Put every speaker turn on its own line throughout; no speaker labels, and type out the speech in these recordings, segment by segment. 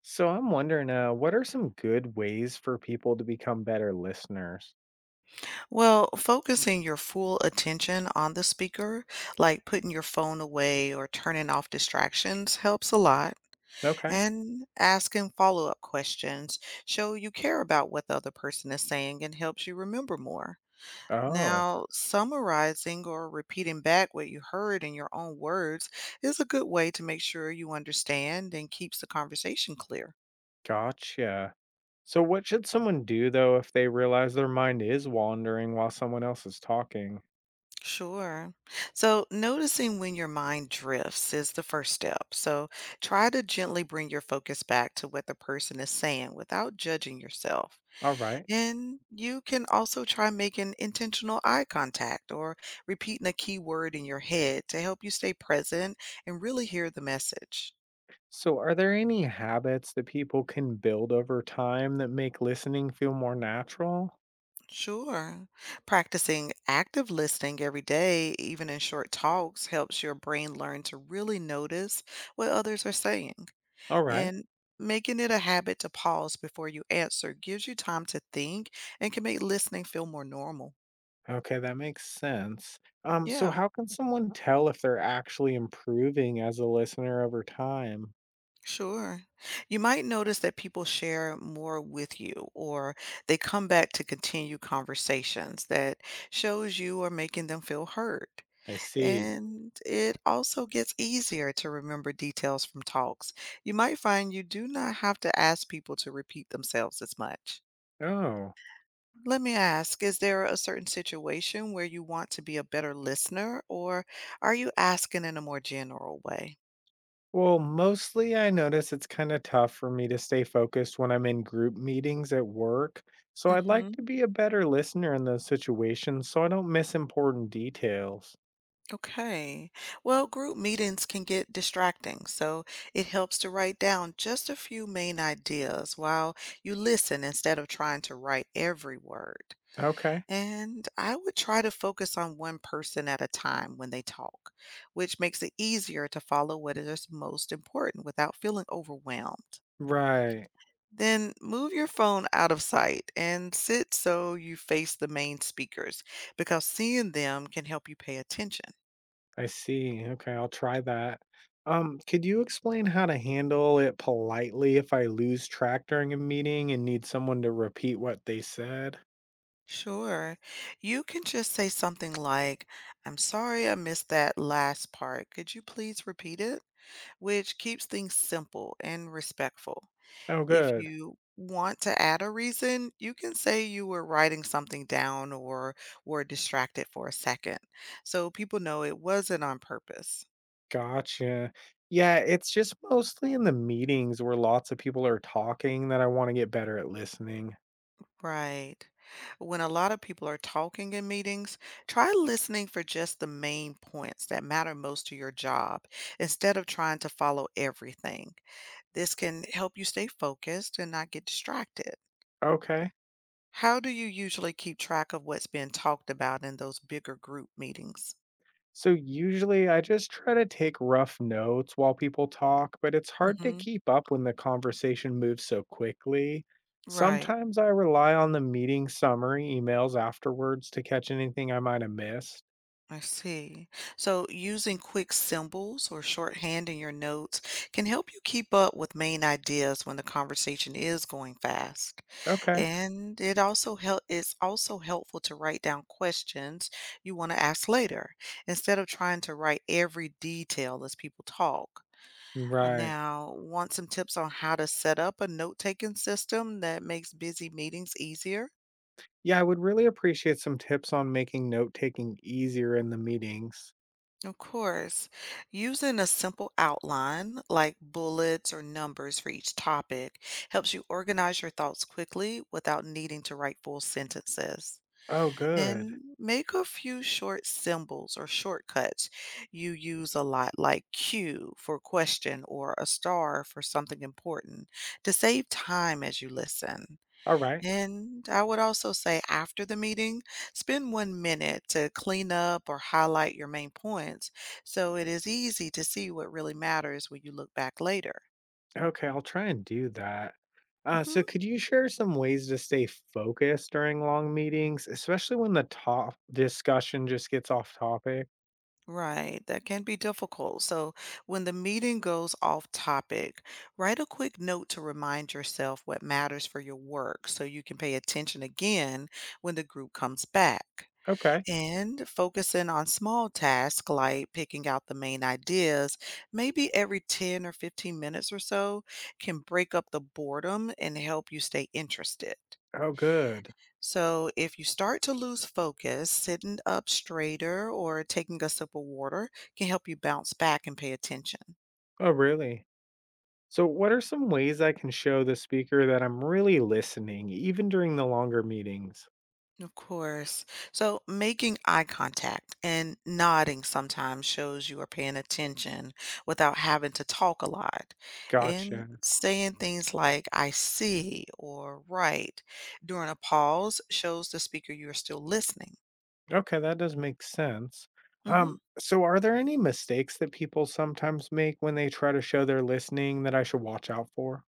So I'm wondering, what are some good ways for people to become better listeners?
Well, focusing your full attention on the speaker, like putting your phone away or turning off distractions, helps a lot.
Okay.
And asking follow up questions show you care about what the other person is saying and helps you remember more.
Oh,
Now, summarizing or repeating back what you heard in your own words is a good way to make sure you understand and keeps the conversation clear.
gotcha. So what should someone do though if they realize their mind is wandering while someone else is talking?
Sure. So, noticing when your mind drifts is the first step. So, try to gently bring your focus back to what the person is saying without judging yourself.
All right.
And you can also try making intentional eye contact or repeating a key word in your head to help you stay present and really hear the message.
So are there any habits that people can build over time that make listening feel more natural?
Sure. Practicing active listening every day, even in short talks, helps your brain learn to really notice what others are saying.
All right.
And making it a habit to pause before you answer gives you time to think and can make listening feel more normal.
Okay, that makes sense. So
Yeah,
how can someone tell if they're actually improving as a listener over time?
sure. You might notice that people share more with you or they come back to continue conversations that shows you are making them feel heard.
I see.
And it also gets easier to remember details from talks. You might find you do not have to ask people to repeat themselves as much.
Oh.
Let me ask, is there a certain situation where you want to be a better listener, or are you asking in a more general way?
Well, mostly I notice it's kind of tough for me to stay focused when I'm in group meetings at work. So I'd like
Mm-hmm.
to be a better listener in those situations so I don't miss important details.
Okay. Well, group meetings can get distracting, so it helps to write down just a few main ideas while you listen instead of trying to write every word.
Okay.
And I would try to focus on one person at a time when they talk, which makes it easier to follow what is most important without feeling overwhelmed.
Right.
Then move your phone out of sight and sit so you face the main speakers because seeing them can help you pay attention.
I see. Okay, I'll try that. Could you explain how to handle it politely if I lose track during a meeting and need someone to repeat what they said?
Sure. You can just say something like, I'm sorry I missed that last part. Could you please repeat it? Which keeps things simple and respectful.
Oh,
If
good.
you want to add a reason, you can say you were writing something down or were distracted for a second so people know it wasn't on purpose.
Gotcha. Yeah, it's just mostly in the meetings where lots of people are talking that I want to get better at listening.
Right. When a lot of people are talking in meetings, try listening for just the main points that matter most to your job instead of trying to follow everything. This can help you stay focused and not get distracted.
Okay.
How do you usually keep track of what's being talked about in those bigger group meetings?
So usually I just try to take rough notes while people talk, but it's hard to
Hmm.
keep up when the conversation moves so quickly.
Right.
Sometimes I rely on the meeting summary emails afterwards to catch anything I might have missed.
I see. So using quick symbols or shorthand in your notes can help you keep up with main ideas when the conversation is going fast.
Okay.
And it's also helpful to write down questions you want to ask later instead of trying to write every detail as people talk.
Right.
Now, want some tips on how to set up a note-taking system that makes busy meetings easier?
Yeah, I would really appreciate some tips on making note taking easier in the meetings.
Of course. Using a simple outline like bullets or numbers for each topic helps you organize your thoughts quickly without needing to write full sentences.
Oh, good.
And make a few short symbols or shortcuts you use a lot, like Q for question or a star for something important, to save time as you listen.
All right.
And I would also say after the meeting, spend 1 minute to clean up or highlight your main points so it is easy to see what really matters when you look back later.
Okay, I'll try and do that. So,
Hmm.
could you share some ways to stay focused during long meetings, especially when the top discussion just gets off topic?
Right, that can be difficult. So when the meeting goes off topic, write a quick note to remind yourself what matters for your work so you can pay attention again when the group comes back.
Okay.
And focusing on small tasks like picking out the main ideas, maybe every 10 or 15 minutes or so, can break up the boredom and help you stay interested.
Oh, good.
So, if you start to lose focus, sitting up straighter or taking a sip of water can help you bounce back and pay attention.
Oh, really? So, what are some ways I can show the speaker that I'm really listening, even during the longer meetings?
Of course. So making eye contact and nodding sometimes shows you are paying attention without having to talk a lot. And
Gotcha.
saying things like, I see or right during a pause shows the speaker you are still listening.
Okay, that does make sense.
Hmm.
So are there any mistakes that people sometimes make when they try to show they're listening that I should watch out for?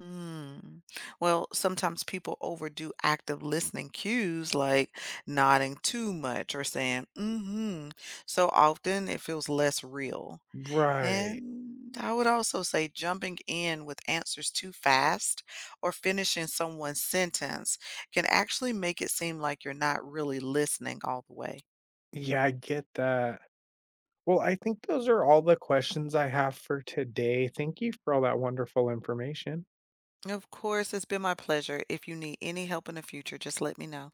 Hmm. Well, sometimes people overdo active listening cues like nodding too much or saying, mm-hmm. So often it feels less real.
Right.
And I would also say jumping in with answers too fast or finishing someone's sentence can actually make it seem like you're not really listening all the way.
Yeah, I get that. Well, I think those are all the questions I have for today. Thank you for all that wonderful information.
Of course, it's been my pleasure. If you need any help in the future, just let me know.